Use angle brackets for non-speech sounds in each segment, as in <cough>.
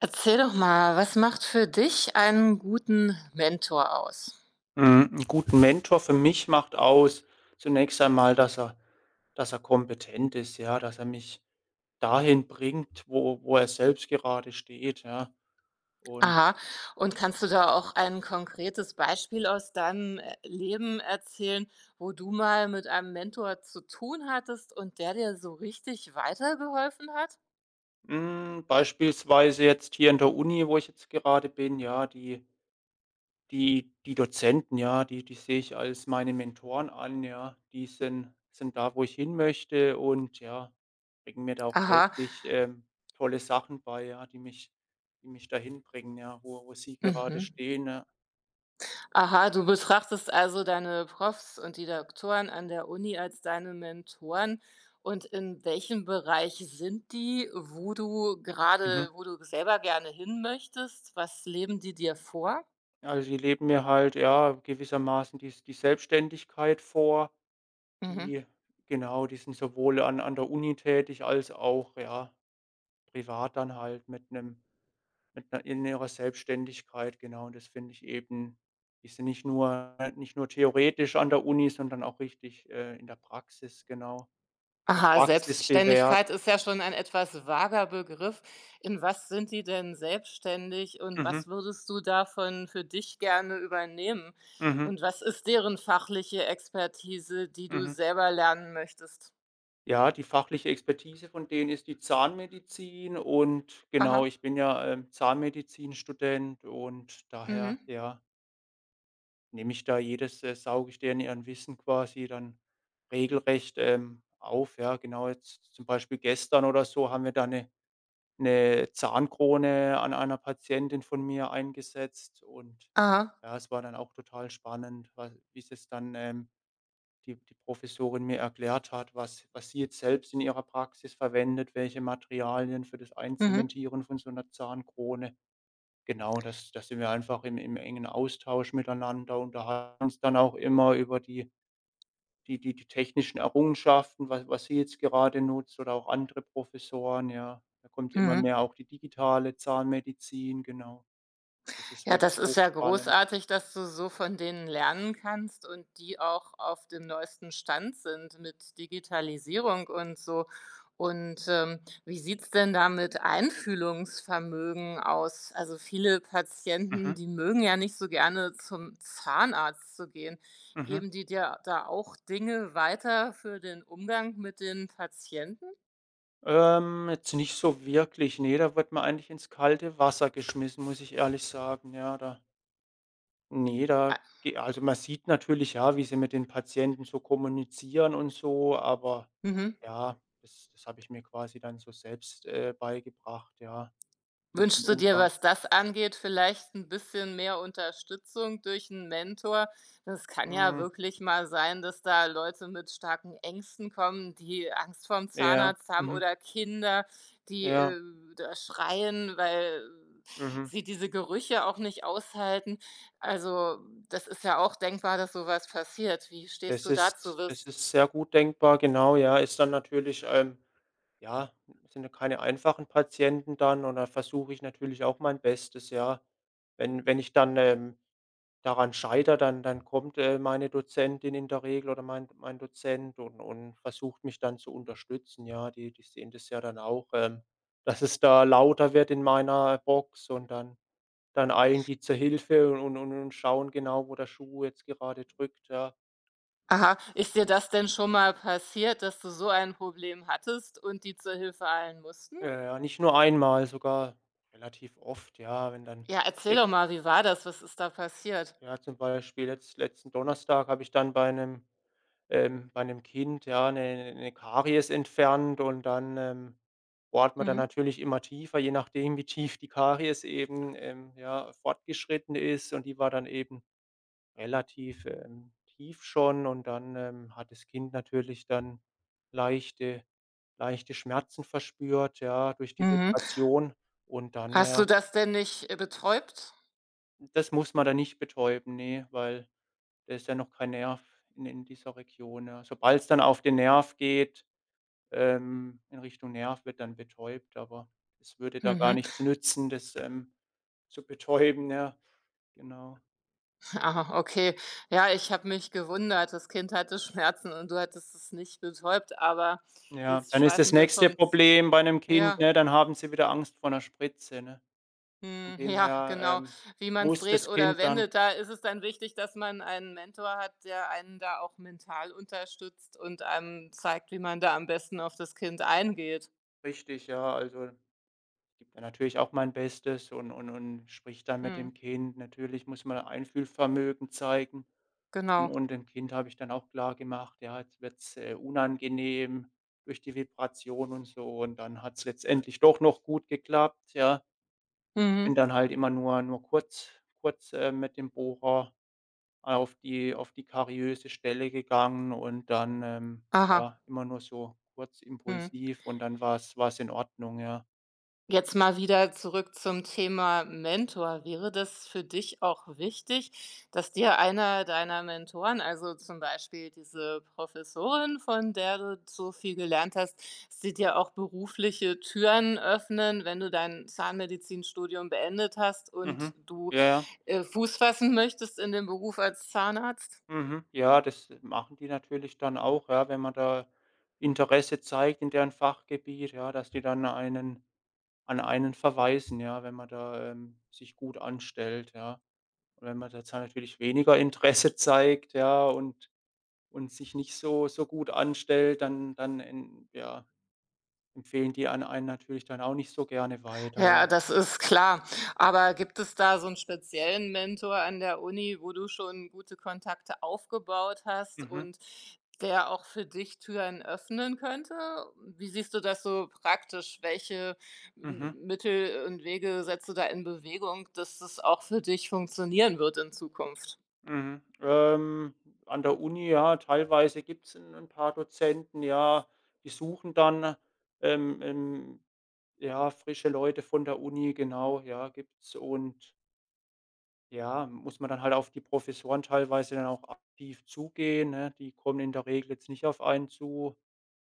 Erzähl doch mal, was macht für dich einen guten Mentor aus? Hm, 'n guten Mentor für mich macht aus, zunächst einmal, dass er kompetent ist, ja, dass er mich dahin bringt, wo wo er selbst gerade steht, ja. Und, Aha. Und kannst du da auch ein konkretes Beispiel aus deinem, Leben erzählen, wo du mal mit einem Mentor zu tun hattest und der dir so richtig weitergeholfen hat? hm, beispielsweise jetzt hier in der Uni, wo ich jetzt gerade bin, ja, die Dozenten, ja, die sehe ich als meine Mentoren an, ja. Die sind da, wo ich hin möchte und ja, bringen mir da auch Aha. täglich, tolle Sachen bei, ja, die mich dahin bringen, ja, wo wo sie gerade Mhm. stehen, ja. Aha, du betrachtest also deine Profs und die Doktoren an der Uni als deine Mentoren. Und in welchem Bereich sind die, wo du Mhm. gerade, wo du selber gerne hin möchtest? Was leben die dir vor? Also, die leben mir halt, ja, gewissermaßen die Selbstständigkeit vor. Mhm. Die Genau, die sind sowohl an an der Uni tätig als auch, ja, privat dann halt mit einer in ihrer Selbstständigkeit, genau. Und das finde ich eben ist ja nicht nur theoretisch an der Uni, sondern auch richtig, in der Praxis, genau. Der Aha, Praxis bewährt. Selbstständigkeit ist ja schon ein etwas vager Begriff. In was sind die denn selbstständig und Mhm, was würdest du davon für dich gerne übernehmen? mhm, Und was ist deren fachliche Expertise, die du mhm. selber lernen möchtest? Ja, die fachliche Expertise von denen ist die Zahnmedizin und genau, Aha. ich bin ja, Zahnmedizinstudent und daher, Mhm. ja, nehme ich da jedes sauge ich deren ihren Wissen quasi dann regelrecht, auf, ja, genau. Jetzt zum Beispiel gestern oder so haben wir da eine Zahnkrone an einer Patientin von mir eingesetzt und Aha. ja, es war dann auch total spannend, weil wie sie es dann, die Professorin mir erklärt hat, was sie jetzt selbst in ihrer Praxis verwendet, welche Materialien für das Mhm. Einzementieren von so einer Zahnkrone. Genau, das sind wir einfach im im engen Austausch miteinander, unterhalten uns dann auch immer über die die technischen Errungenschaften, was sie jetzt gerade nutzt oder auch andere Professoren, ja. Da kommt immer Mhm. mehr auch die digitale Zahnmedizin, genau. Das ist Ja, das wirklich ist ja hochspannend. großartig, dass du so von denen lernen kannst und die auch auf dem neuesten Stand sind mit Digitalisierung und so. Und, wie sieht's denn da mit Einfühlungsvermögen aus? Also, viele Patienten, Mhm, die mögen ja nicht so gerne zum Zahnarzt zu gehen. mhm. Geben die dir da auch Dinge weiter für den Umgang mit den Patienten? Jetzt nicht so wirklich. Ne, da wird man eigentlich ins kalte Wasser geschmissen, muss ich ehrlich sagen. Ja, da ne, da Ah, ge also, man sieht natürlich, ja, wie sie mit den Patienten so kommunizieren und so, aber mhm. ja, das habe ich mir quasi dann so selbst, beigebracht, ja, den Wünschst du dir, Umgang. was das angeht, vielleicht ein bisschen mehr Unterstützung durch einen Mentor? Das kann ja Mhm. wirklich mal sein, dass da Leute mit starken Ängsten kommen, die Angst vorm Ja, Zahnarzt haben mhm, oder Kinder, die, ja, da schreien, weil mhm. sie diese Gerüche auch nicht aushalten. Also, das ist ja auch denkbar, dass sowas passiert. Wie stehst Das du dazu? ist das Wirst ist sehr gut denkbar, genau, ja. Ist dann natürlich, ja, sind ja keine einfachen Patienten dann und da versuche ich natürlich auch mein Bestes, ja. Wenn ich dann, daran scheitere, dann kommt, meine Dozentin in der Regel oder mein Dozent und versucht mich dann zu unterstützen, ja. Die sehen das ja dann auch, dass es da lauter wird in meiner Box. Dann eilen die zur Hilfe und schauen genau, wo der Schuh jetzt gerade drückt, ja. aha, ist dir das denn schon mal passiert, dass du so ein Problem hattest und die zur Hilfe eilen mussten? Ja, ja, ja, nicht nur einmal, sogar relativ oft, ja, wenn dann Ja, erzähl irg doch mal, wie war das? Was ist da passiert? ja, zum Beispiel jetzt letzten Donnerstag habe ich dann bei einem Kind, ja, eine 'ne Karies entfernt und dann, bohrt man dann Mhm. natürlich immer tiefer, je nachdem, wie tief die Karies eben, ja, fortgeschritten ist und die war dann eben relativ, tief schon und dann, hat das Kind natürlich dann leichte leichte Schmerzen verspürt, ja, durch die Mhm. Vibration und dann Hast du ja, das denn nicht, betäubt? das muss man dann nicht betäuben, ne, weil da ist ja noch kein Nerv in dieser Region, ja. Sobald es dann auf den Nerv geht, in Richtung Nerv wird dann betäubt, aber es würde da gar Mhm. nichts nützen, das, zu betäuben, ja, genau. <laughs> Ah, okay. Ja, ich habe mich gewundert. Das Kind hatte Schmerzen und du hattest es nicht betäubt, aber Ja, jetzt dann ist das schweifen wir nächste vom Z Problem bei 'nem Kind, ja, ne, dann haben sie wieder Angst vor 'ner Spritze, ne? Von mhm, dem ja, her, genau. Wie man es muss dreht das oder Kind dann wendet, da ist es dann wichtig, dass man einen Mentor hat, der einen da auch mental unterstützt und einem zeigt, wie man da am besten auf das Kind eingeht. richtig, ja, also, ich gebe da natürlich auch mein Bestes und sprich dann mit Mhm. dem Kind. Natürlich muss man Einfühlvermögen zeigen Genau. und dem Kind habe ich dann auch klargemacht, ja, jetzt wird's, unangenehm durch die Vibration und so und dann hat's letztendlich doch noch gut geklappt, ja. Bin Mhm. dann halt immer nur kurz mit dem Bohrer auf die kariöse Stelle gegangen und dann, Aha. ja, immer nur so kurz Mhm. impulsiv und dann war es in Ordnung, ja. Jetzt mal wieder zurück zum Thema Mentor. Wäre das für dich auch wichtig, dass dir einer deiner Mentoren, also zum Beispiel diese Professorin, von der du so viel gelernt hast, dass die dir auch berufliche Türen öffnen, wenn du dein Zahnmedizinstudium beendet hast und Mhm. du, Ja, ja. Fuß fassen möchtest in dem Beruf als Zahnarzt? Mhm. Ja, das machen die natürlich dann auch, ja, wenn man da Interesse zeigt in deren Fachgebiet, ja, dass die dann einen an einen verweisen, ja, wenn man da, sich gut anstellt, ja. Und wenn man da zwar natürlich weniger Interesse <laughs> zeigt, ja, und sich nicht so gut anstellt, dann dann en ja. Empfehlen die an einen natürlich dann auch nicht so gerne weiter, ja. Ja, das ist klar. Aber gibt es da so einen speziellen Mentor an der Uni, wo du schon gute Kontakte aufgebaut hast Mhm, und der auch für dich Türen öffnen könnte? Wie siehst du das so praktisch? Welche M mhm, Mittel und Wege setzt du da in Bewegung, dass das auch für dich funktionieren wird in Zukunft? mhm. An der Uni, ja, teilweise gibt's 'n ein paar Dozenten, ja, die suchen dann, ähm, ähm, ja, frische Leute von der Uni, genau, ja, gibt's und ja, muss man dann halt auf die Professoren teilweise dann auch aktiv zugehen, ne? Die kommen in der Regel jetzt nicht auf einen zu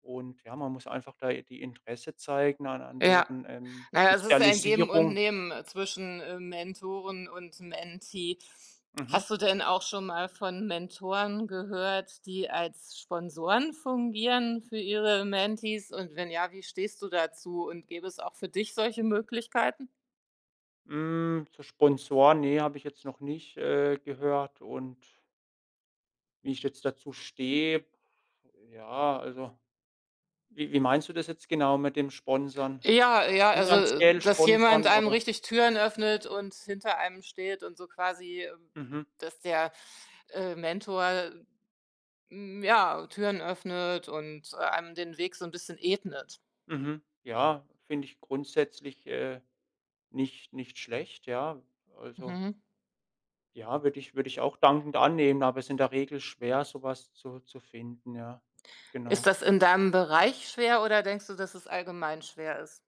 und ja, man muss einfach da die Interesse zeigen an an Ja. deren, Na ja, es ist ja ein Geben und Spezialisierung. Nehmen, zwischen, Mentoren und Mentee. Mhm. Hast du denn auch schon mal von Mentoren gehört, die als Sponsoren fungieren für ihre Mentees? Und wenn ja, wie stehst du dazu? Und gäbe es auch für dich solche Möglichkeiten? Hm, zu Sponsoren, nee, habe ich jetzt noch nicht, gehört und wie ich jetzt dazu stehe, ja, also wie meinst du das jetzt genau mit dem Sponsern? Ja, ja, also, Finanziell dass jemand sponsern einem oder richtig Türen öffnet und hinter einem steht und so quasi, mhm, dass der, Mentor, hm, ja, Türen öffnet und, einem den Weg so ein bisschen ebnet. mhm. Ja, finde ich grundsätzlich, nicht schlecht, ja. Also, Mhm. ja, würde ich auch dankend annehmen, aber es ist in der Regel schwer, sowas zu finden, ja. Ist Genau. das in deinem Bereich schwer oder denkst du, dass es allgemein schwer ist?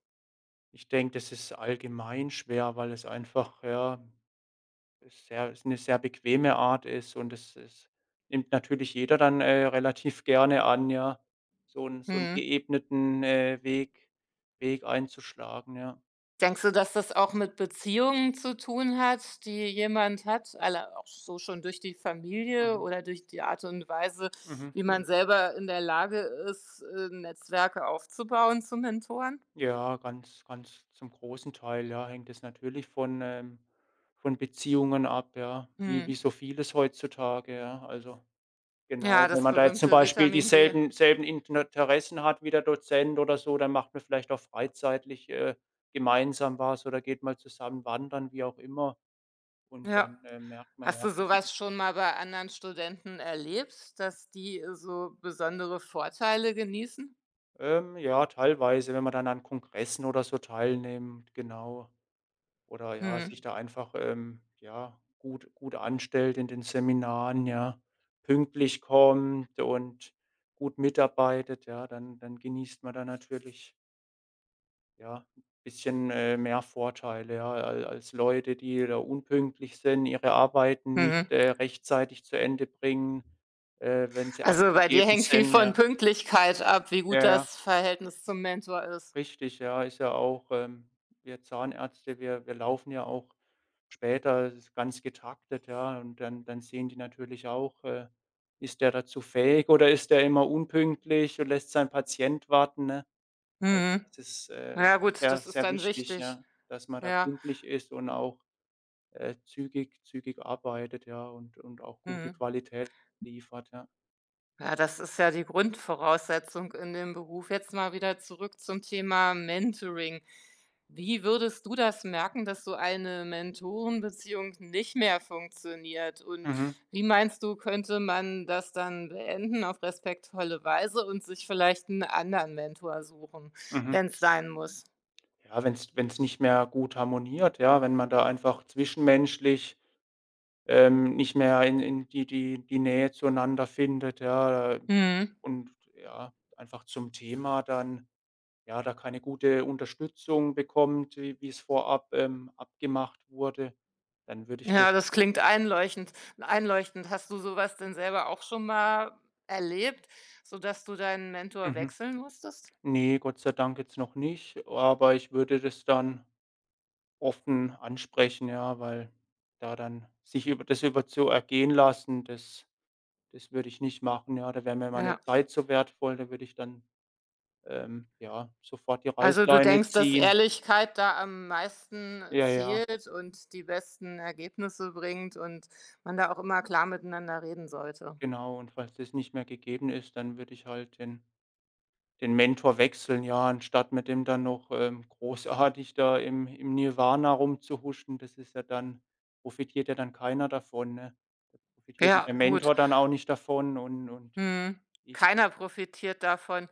Ich denke, das ist allgemein schwer, weil es einfach, ja, ist 'ne sehr bequeme Art ist und es nimmt natürlich jeder dann, relativ <laughs> gerne an, ja, so 'n Mhm. geebneten, Weg einzuschlagen, ja. Denkst du, dass das auch mit Beziehungen zu tun hat, die jemand hat, alle auch so schon durch die Familie Mhm, oder durch die Art und Weise, mhm. wie man selber in der Lage ist, Netzwerke aufzubauen zu Mentoren? Ja, ganz zum großen Teil, ja, hängt es natürlich von Beziehungen ab, ja, wie Mhm. so vieles heutzutage, ja, also Ja, genau, wenn das man da jetzt zum berühmte Beispiel Vitamin B. dieselben selben Interessen hat wie der Dozent oder so, dann macht man vielleicht auch freizeitlich, gemeinsam was oder geht mal zusammen wandern, wie auch immer. Und Ja. dann, merkt man Hast du ja, sowas schon mal bei anderen Studenten erlebt, dass die so besondere Vorteile genießen? Ja, teilweise, wenn man dann an Kongressen oder so teilnimmt, genau. Oder ja, sich Mhm. da einfach, ja, gut anstellt in den Seminaren, ja, pünktlich kommt und gut mitarbeitet, ja, dann genießt man da natürlich ja, ein bisschen, mehr Vorteile, ja, al als Leute, die da unpünktlich sind, ihre Arbeiten nicht, Mhm. Rechtzeitig zu Ende bringen, wenn sie Also, bei dir abgegeben hängt viel sind, von ja. Pünktlichkeit ab, wie gut Ja, ja, das Verhältnis zum Mentor ist. richtig, ja, ist ja auch, wir Zahnärzte, wir laufen ja auch später, es ist ganz getaktet, ja, und dann sehen die natürlich auch, ist der dazu fähig oder ist der immer unpünktlich und lässt seinen Patient warten, ne? Also, Mhm. das ist, Ja gut, sehr, das ist sehr dann wichtig, wichtig. ja, dass man da Ja. pünktlich ist und auch, zügig arbeitet, ja, und auch gute Mhm. Qualität liefert, ja. Ja, das ist ja die Grundvoraussetzung in dem Beruf. Jetzt mal wieder zurück zum Thema Mentoring. Wie würdest du das merken, dass so eine Mentorenbeziehung nicht mehr funktioniert? Und Mhm, wie meinst du, könnte man das dann beenden auf respektvolle Weise und sich vielleicht einen anderen Mentor suchen, mhm. wenn es sein muss? Ja, wenn es nicht mehr gut harmoniert, ja, wenn man da einfach zwischenmenschlich, nicht mehr in in die Nähe zueinander findet, ja, Mhm. und ja, einfach zum Thema dann ja, da keine gute Unterstützung bekommt, wie wie es vorab, abgemacht wurde, dann würde ich das. Ja, das klingt einleuchtend. Hast du sowas denn selber auch schon mal erlebt, sodass du deinen Mentor Mhm. wechseln musstest? Ne, Gott sei Dank jetzt noch nicht, aber ich würde das dann offen ansprechen, ja, weil da dann sich über das über zu ergehen lassen, das würde ich nicht machen, ja. Da wäre mir meine Ja. Zeit so wertvoll, da würde ich dann, ja, sofort die Also, du Reißleine denkst, dass ziehen. Ehrlichkeit da am meisten Ja, ja, zählt und die besten Ergebnisse bringt und man da auch immer klar miteinander reden sollte. genau. Und falls das nicht mehr gegeben ist, dann würde ich halt den Mentor wechseln, ja, anstatt mit dem dann noch, großartig da im im Nirvana rumzuhuschen, das ist ja dann profitiert ja dann keiner davon, ne? Da profitiert ja Ja, der gut. Mentor dann auch nicht davon und Mhm. ich Keiner profitiert davon.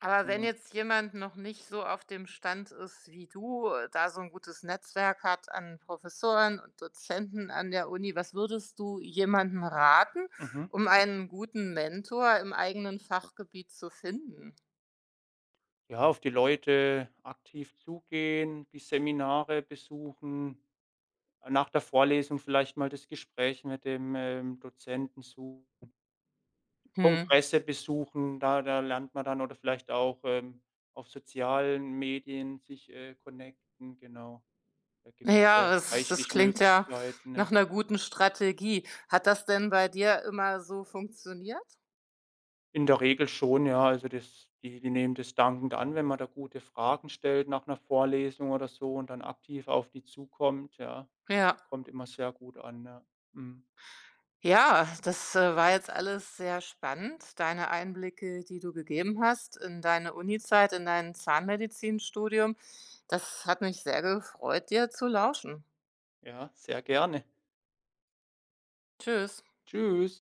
Aber wenn ja. jetzt jemand noch nicht so auf dem Stand ist wie du, da so ein gutes Netzwerk hat an Professoren und Dozenten an der Uni, was würdest du jemandem raten, Mhm. um einen guten Mentor im eigenen Fachgebiet zu finden? Ja, auf die Leute aktiv zugehen, die Seminare besuchen, nach der Vorlesung vielleicht mal das Gespräch mit dem, Dozenten suchen. Hm. Kongresse besuchen, da da lernt man dann oder vielleicht auch, auf sozialen Medien sich, connecten, genau. Da gibt's, Ja, das reichlich klingt ja Möglichkeiten, nach ja. einer guten Strategie. Hat das denn bei dir immer so funktioniert? In der Regel schon, ja. Also, das die nehmen das dankend an, wenn man da gute Fragen stellt nach einer Vorlesung oder so und dann aktiv auf die zukommt, ja. Das Ja. kommt immer sehr gut an, ja. Mhm. Ja, das, war jetzt alles sehr spannend, deine Einblicke, die du gegeben hast in deine Unizeit, in dein Zahnmedizinstudium. Das hat mich sehr gefreut, dir zu lauschen. Ja, sehr gerne. Tschüss. Tschüss.